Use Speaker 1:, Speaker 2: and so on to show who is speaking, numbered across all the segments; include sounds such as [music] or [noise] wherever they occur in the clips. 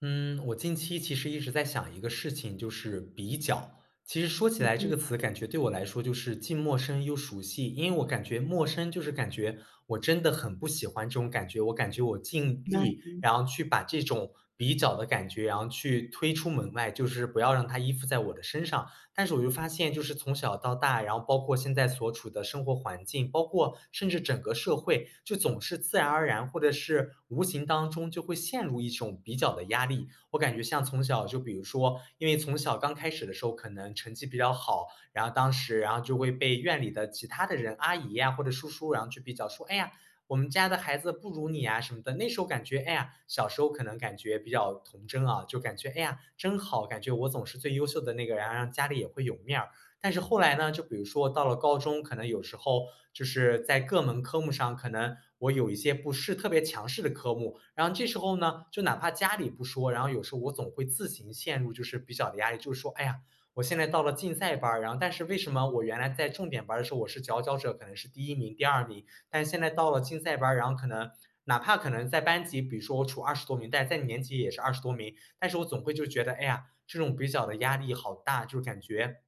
Speaker 1: 嗯，我近期其实一直在想一个事情，就是比较。其实说起来这
Speaker 2: 嗯，
Speaker 1: 个词，感觉对我来说就是既陌生又熟悉，因为我感觉陌生就是感觉我真的很不喜欢这种感觉，我感觉我尽
Speaker 2: 那
Speaker 1: 力，
Speaker 2: 您
Speaker 1: 然后去把这种比较的感觉，然后去推出门外，就是不要让它依附在我的身上。但是我就发现就是从小到大，然后包括现在所处的生活环境，包括甚至整个社会，就总是自然而然或者是无形当中就会陷入一种比较的压力。我感觉像从小就比如说，因为从小刚开始的时候可能成绩比较好，然后当时就会被院里的其他的人，阿姨呀或者叔叔，然后去比较说，哎呀，我们家的孩子不如你啊什么的。那时候感觉，哎呀，小时候可能感觉比较童真啊，就感觉，哎呀，真好，感觉我总是最优秀的那个，然后让家里也会有面儿。但是后来呢，就比如说到了高中，可能有时候就是在各门科目上，可能我有一些不是特别强势的科目，然后这时候呢，就哪怕家里不说，然后有时候我总会自行陷入就是比较的压力，就是说，哎呀。我现在到了竞赛班儿，然后但是为什么我原来在重点班儿的时候我是佼佼者，可能是第一名、第二名，但是现在到了竞赛班，然后可能哪怕可能在班级，比如说我处二十多名，但在年级也是二十多名，但是我总会就觉得，哎呀，这种比较的压力好大，就是感觉。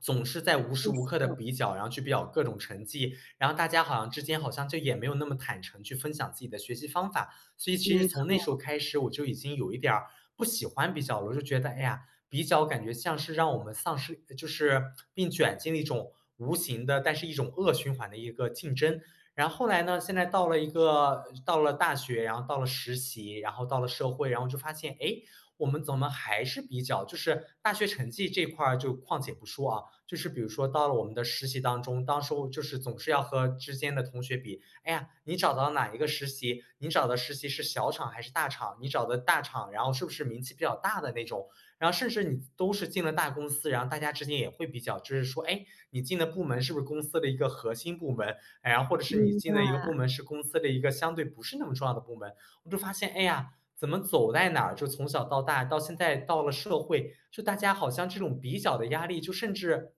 Speaker 1: 总是在无
Speaker 2: 说
Speaker 1: 时
Speaker 2: 的
Speaker 1: 无
Speaker 2: 是
Speaker 1: 刻的
Speaker 2: 的
Speaker 1: 比较，然后去比较各种成绩，然后大家之间好像就也没有那么坦诚去分享自己的学习方法，所以其实
Speaker 2: 没
Speaker 1: 从那
Speaker 2: 错，
Speaker 1: 时候开始，我就已经有一点儿不喜欢比较了，我就觉得哎呀，比较感觉像是让我们丧失，就是并卷进了一种无形的，但是一种恶循环的一个竞争。然后后来呢，现在到了大学，然后到了实习，然后到了社会，然后就发现，哎，我们怎么还是比较就是大学成绩这块儿就况且不说啊，就是比如说到了我们的实习当中，当时候就是总是要和之间的同学比，哎呀，你找到哪一个实习？你找的实习是小厂还是大厂？你找的大厂，然后是不是名气比较大的那种？然后甚至你都是进了大公司，然后大家之间也会比较，就是说，哎，你进的部门是不是公司的一个核心部门？哎呀，或者是你
Speaker 2: 应
Speaker 1: 进
Speaker 2: 该
Speaker 1: 的一个部门是公司的一个相对不是那么重要的部门，我就发现，哎呀，怎么走在哪儿，就从小到大，到现在到了社会，就大家好像这种比较的压力，就甚至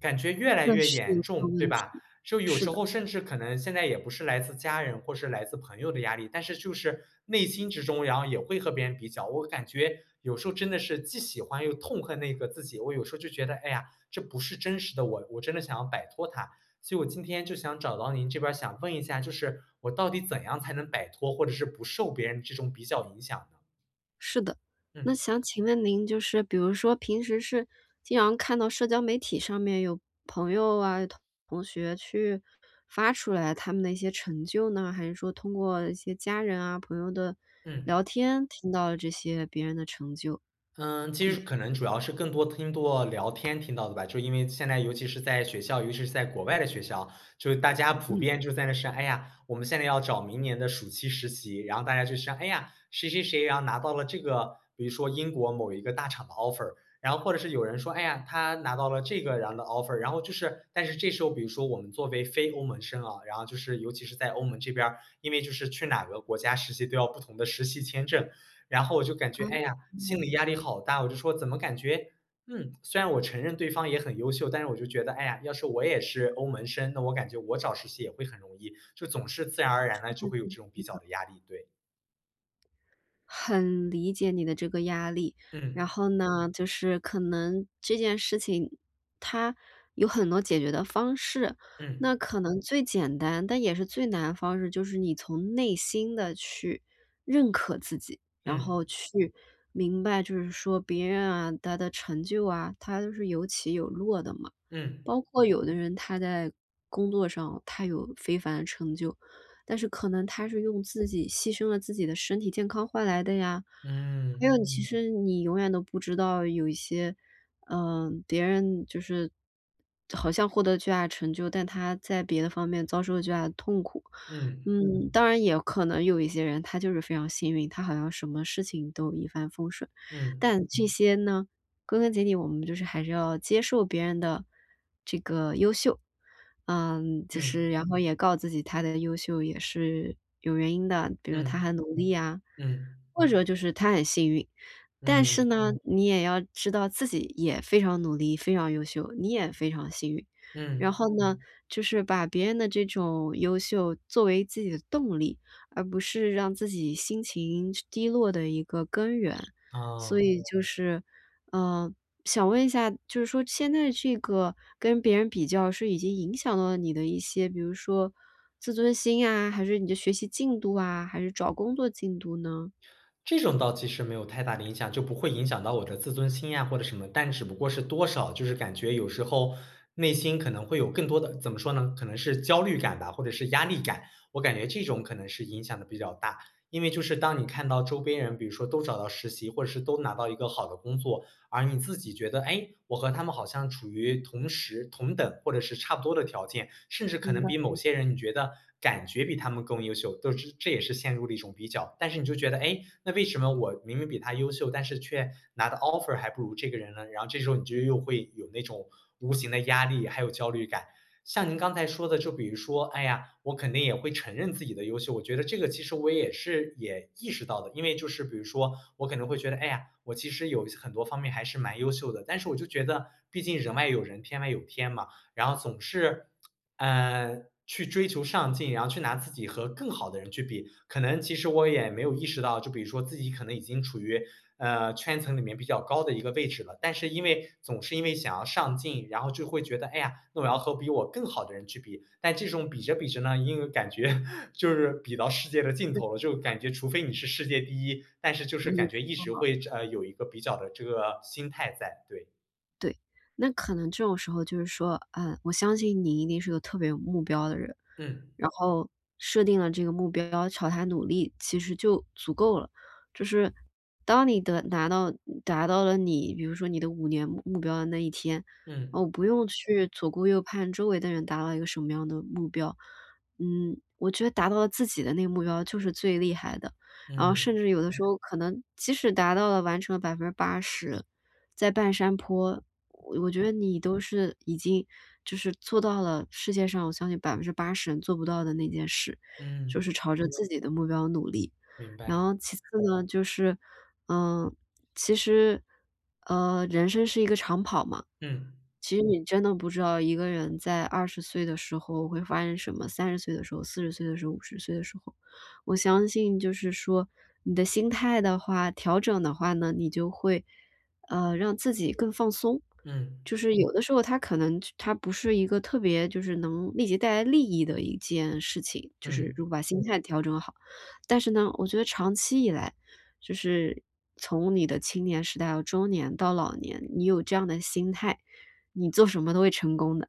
Speaker 1: 感觉越来
Speaker 2: 确
Speaker 1: 越
Speaker 2: 实
Speaker 1: 严
Speaker 2: 有这个
Speaker 1: 重，对
Speaker 2: 问
Speaker 1: 吧？
Speaker 2: 题。
Speaker 1: 就有
Speaker 2: 是
Speaker 1: 时
Speaker 2: 的，
Speaker 1: 候甚至可能现在也不是来自家人或是来自朋友的压力，但是就是内心之中，然后也会和别人比较。我感觉有时候真的是既喜欢又痛恨那个自己，我有时候就觉得，哎呀，这不是真实的我，我真的想要摆脱它。所以我今天就想找到您这边想问一下，就是我到底怎样才能摆脱，或者是不受别人这种比较影响呢？
Speaker 2: 是的。那
Speaker 1: 嗯
Speaker 2: 想请问您就是比如说平时是经常看到社交媒体上面有朋友啊、同学去发出来他们的一些成就呢？还是说通过一些家人啊、朋友的
Speaker 1: 嗯。
Speaker 2: 聊天听到了这些别人的成就？
Speaker 1: 嗯，其实
Speaker 2: 对，
Speaker 1: 可能主要是更多听多聊天听到的吧，就因为现在尤其是在学校，尤其是在国外的学校，就是大家普
Speaker 2: 嗯，
Speaker 1: 遍就在那说，哎呀，我们现在要找明年的暑期实习，然后大家就说，哎呀，谁谁谁，然后拿到了这个，比如说英国某一个大厂的 offer,然后或者是有人说，哎呀，他拿到了这个然后的 offer,然后就是，但是这时候，比如说我们作为非欧盟生啊，然后就是尤其是在欧盟这边儿因为就是去哪个国家实习都要不同的实习签证，然后我就感觉，
Speaker 2: 啊。
Speaker 1: 哎呀，心理压力好大。我就说怎么感觉，嗯，虽然我承认对方也很优秀，但是我就觉得，哎呀，要是我也是欧门生，那我感觉我找实习也会很容易，就总是自然而然的就会有这种比较的压力，对。
Speaker 2: 很理解你的这个压力，
Speaker 1: 嗯，
Speaker 2: 然后呢，就是可能这件事情它有很多解决的方式，
Speaker 1: 嗯，
Speaker 2: 那可能最简单，但也是最难的方式，就是你从内心的去认可自己，然后
Speaker 1: 嗯，
Speaker 2: 去明白就是说别人啊，他的成就啊，他都是有起有落的嘛。
Speaker 1: 嗯，
Speaker 2: 包括有的人他在工作上，他有非凡的成就，但是可能他是用自己牺牲了自己的身体健康换来的呀。还有其实你永远都不知道有一些，嗯，别人就是好像获得巨大成就，但他在别的方面遭受了巨大的痛苦。
Speaker 1: 嗯，
Speaker 2: 嗯。当然也可能有一些人他就是非常幸运，他好像什么事情都一帆风顺，
Speaker 1: 嗯，
Speaker 2: 但这些呢归根结底，我们就是还是要接受别人的这个优秀，嗯，就
Speaker 1: 嗯，
Speaker 2: 是然后也告诉自己他的优秀也是有原因的，比
Speaker 1: 嗯，
Speaker 2: 如他
Speaker 1: 嗯，
Speaker 2: 很努力啊，
Speaker 1: 嗯，
Speaker 2: 或者就是他很幸运。但
Speaker 1: 嗯，
Speaker 2: 是
Speaker 1: 嗯
Speaker 2: 呢，你也要知道自己也非常努力，非常优秀，你也非常幸运。然
Speaker 1: 嗯，
Speaker 2: 后呢，就是把别人的这种优秀作为自己的动力，而不是让自己心情低落的一个根源。所
Speaker 1: 哦。
Speaker 2: 以就是嗯，想问一下，就是说现在这个跟别人比较是已经影响到了你的一些，比如说自尊心啊，还是你的学习进度啊，还是找工作进度呢？
Speaker 1: 这种倒其实没有太大的影响，就不会影响到我的自尊心呀或者什么，但只不过是多少就是感觉有时候内心可能会有更多的怎么说呢？可能是焦虑感吧，或者是压力感，我感觉这种可能是影响的比较大。因为就是当你看到周边人，比如说都找到实习，或者是都拿到一个好的工作，而你自己觉得，哎，我和他们好像处于同时、同等或者是差不多的条件，甚至可
Speaker 2: 明
Speaker 1: 能
Speaker 2: 白。
Speaker 1: 比某些人你觉得感觉比他们更优秀，都是这也是陷入了一种比较。但是你就觉得，哎，那为什么我明明比他优秀，但是却拿的 offer 还不如这个人呢？然后这时候你就又会有那种无形的压力，还有焦虑感。像您刚才说的，就比如说，哎呀，我肯定也会承认自己的优秀。我觉得这个其实我也是也意识到的，因为就是比如说，我可能会觉得，哎呀，我其实有很多方面还是蛮优秀的，但是我就觉得，毕竟人外有人，天外有天嘛，然后总是，嗯，去追求上进，然后去拿自己和更好的人去比，可能其实我也没有意识到，就比如说自己可能已经处于圈层里面比较高的一个位置了。但是因为总是因为想要上进，然后就会觉得，哎呀，那我要和比我更好的人去比。但这种比着比着呢，因为感觉 [laughs] 就是比到世界的尽头了，就感觉除非你是世界第一，但是就是
Speaker 2: 了
Speaker 1: 感觉一直
Speaker 2: 吗？
Speaker 1: 会有一个比较的这个心态在。对，
Speaker 2: 对，那可能这种时候就是说，嗯，我相信你一定是个特别有目标的人，
Speaker 1: 嗯
Speaker 2: 然后设定了这个目标，朝它努力，其实就足够了。就是当你的拿到达到了你，比如说你的五年目标的那一天，
Speaker 1: 嗯
Speaker 2: 哦，不用去左顾右盼周围的人达到一个什么样的目标，嗯，我觉得达到了自己的那个目标就是最厉害的。然后
Speaker 1: 嗯
Speaker 2: 甚至有的时候可能即使达到了完成了百分之八十，在半山坡，我觉得你都是已经就是做到了世界上我相信百分之八十人做不到的那件事，就
Speaker 1: 嗯，
Speaker 2: 是朝着自己的目标努力。
Speaker 1: 明
Speaker 2: 然
Speaker 1: 白。
Speaker 2: 后其次呢，就是，嗯，其实，呃，人生是一个长跑嘛，
Speaker 1: 嗯
Speaker 2: 其实你真的不知道一个人在20岁的时候会发生什么30岁的时候、40岁的时候、50岁的时候。我相信就是说你的心态的话调整的话呢，你就会呃，让自己更放松。
Speaker 1: 嗯
Speaker 2: 就是有的时候它可能他它不是一个特别就是能立即带来利益的一件事情，就是如
Speaker 1: 嗯
Speaker 2: 果把心态调整好。但是呢，我觉得长期以来，就是从你的青年时代到中年到老年，你有这样的心态，你做什么都会成功的。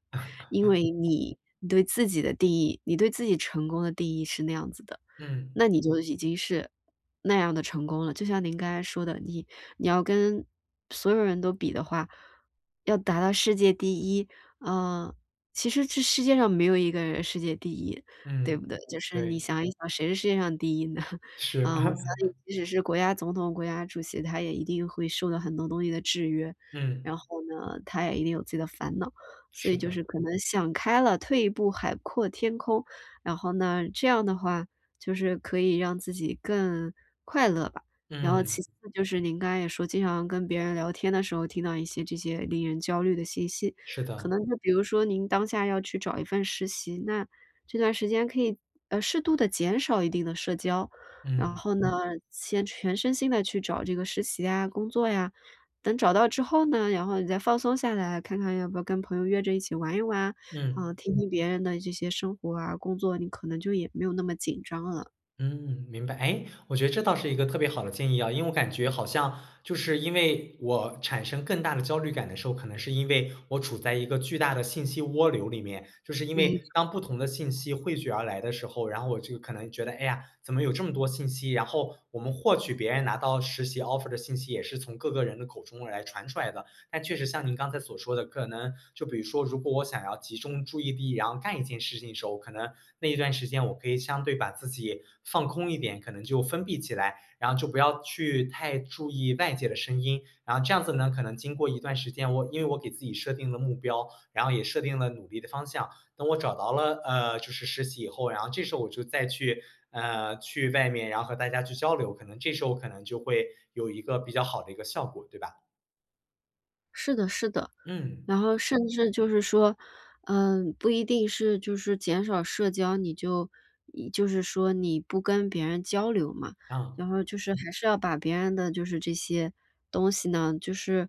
Speaker 2: 因为你对自己的定义，你对自己成功的定义是那样子的。
Speaker 1: 嗯
Speaker 2: 那你就已经是那样的成功了。就像您刚才说的，你要跟所有人都比的话，要达到世界第一，呃，其实这世界上没有一个人世界第一，对不
Speaker 1: 嗯，
Speaker 2: 对？就是你
Speaker 1: 对，
Speaker 2: 想一想，谁是世界上第一呢？[laughs]
Speaker 1: 是，
Speaker 2: 啊，我相
Speaker 1: [laughs]
Speaker 2: 信即使是国家总统、国家主席，他也一定会受到很多东西的制约，
Speaker 1: 嗯，
Speaker 2: 然后呢，他也一定有自己的烦恼。所
Speaker 1: 是
Speaker 2: 以就
Speaker 1: 的，
Speaker 2: 是可能想开了，退一步海阔天空，然后呢，这样的话，就是可以让自己更快乐吧。然后
Speaker 1: 嗯，
Speaker 2: 其次就是您刚才也说，经常跟别人聊天的时候听到一些这些令人焦虑的信息，
Speaker 1: 是
Speaker 2: 可
Speaker 1: 的，
Speaker 2: 能就比如说您当下要去找一份实习，那这段时间可以呃适度的减少一定的社交，然
Speaker 1: 嗯。
Speaker 2: 后呢，先全身心的去找这个实习啊、工作呀。等找到之后呢，然后你再放松下来，看看要不要跟朋友约着一起玩一玩啊啊，
Speaker 1: 嗯，
Speaker 2: 听听别人的这些生活啊、工作，你可能就也没有那么紧张了。
Speaker 1: 嗯，明白。哎，我觉得这倒是一个特别好的建议啊，因为我感觉好像就是因为我产生更大的焦虑感的时候，可能是因为我处在一个巨大的信息涡流里面，就是因为
Speaker 2: 没
Speaker 1: 当不同的信息汇聚而来的时候，然后我就可能觉得，哎呀，怎么有这么多信息？然后我们获取别人拿到实习 offer 的信息，也是从各个人的口中来传出来的，但确实像您刚才所说的，可能就比如说，如果我想要集中注意力，然后干一件事情的时候，可能那一段时间我可以相对把自己放空一点，可能就封闭起来，然后就不要去太注意外界的声音。然后这样子呢，可能经过一段时间，我因为我给自己设定了目标，然后也设定了努力的方向。等我找到了就是实习以后，然后这时候我就再去去外面，然后和大家去交流，可能这时候可能就会有一个比较好的一个效果，对吧？
Speaker 2: 是的是的。
Speaker 1: 嗯。
Speaker 2: 然后甚至就是说，嗯，不一定是就是减少社交，你就一就是说你不跟别人交流嘛，
Speaker 1: 啊，
Speaker 2: 然后就是还是要把别人的就是这些东西呢，就是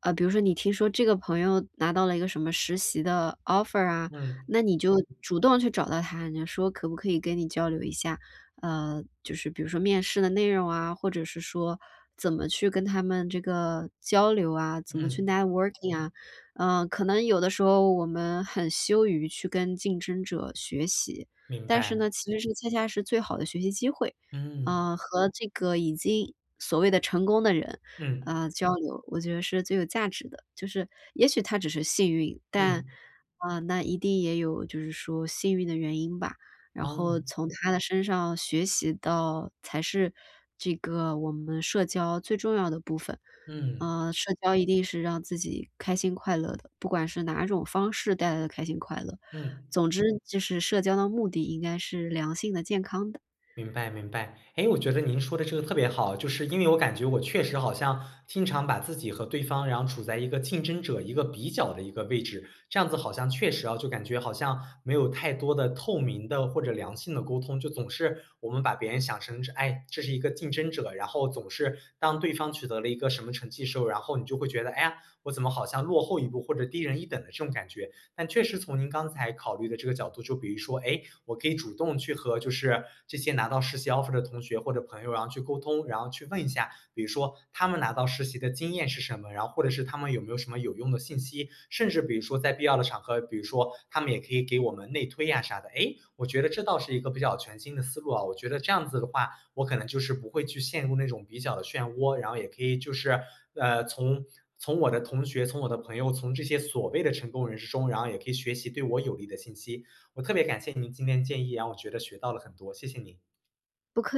Speaker 2: 呃，比如说你听说这个朋友拿到了一个什么实习的 offer 啊，
Speaker 1: 嗯，
Speaker 2: 那你就主动去找到他，你说可不可以跟你交流一下，呃，就是比如说面试的内容啊，或者是说怎么去跟他们这个交流啊，怎么去
Speaker 1: 嗯，
Speaker 2: networking 啊，嗯，可能有的时候我们很羞于去跟竞争者学习，
Speaker 1: 明
Speaker 2: 但是
Speaker 1: 白，
Speaker 2: 呢，其实是恰恰是最好的学习机会。
Speaker 1: 嗯，
Speaker 2: 呃，和这个已经所谓的成功的人，
Speaker 1: 嗯，
Speaker 2: 啊交流，我觉得是最有价值的。就是也许他只是幸运，但，
Speaker 1: 嗯，
Speaker 2: 啊，那一定也有就是说幸运的原因吧，然后
Speaker 1: 哦，
Speaker 2: 从他的身上学习到才是这个我们社交最重要的部分。
Speaker 1: 嗯，
Speaker 2: 呃，社交一定是让自己开心快乐的，不管是哪种方式带来的开心快乐。
Speaker 1: 嗯。
Speaker 2: 总之就是社交的目的应该是良性的、健康的，
Speaker 1: 明白明白，哎，我觉得您说的这个特别好，就是因为我感觉我确实好像经常把自己和对方，然后处在一个竞争者、一个比较的一个位置，这样子好像确实啊，就感觉好像没有太多的透明的或者良性的沟通，就总是我们把别人想成是，哎，这是一个竞争者，然后总是当对方取得了一个什么成绩时候，然后你就会觉得，哎呀，我怎么好像落后一步或者低人一等的这种感觉。但确实从您刚才考虑的这个角度，就比如说，哎，我可以主动去和就是这些拿到实习 offer 的同学或者朋友，然后去沟通，然后去问一下，比如说他们拿到实习的经验是什么，然后或者是他们有没有什么有用的信息，甚至比如说在必要的场合，比如说他们也可以给我们内推呀、啥的。哎，我觉得这倒是一个比较全新的思路啊。我觉得这样子的话，我可能就是不会去陷入那种比较的漩涡，然后也可以就是呃从。从我的同学、从我的朋友、从这些所谓的成功人士中，然后也可以学习对我有利的信息，我特别感谢您今天建议，让我觉得学到了很多，谢谢您。
Speaker 2: 不可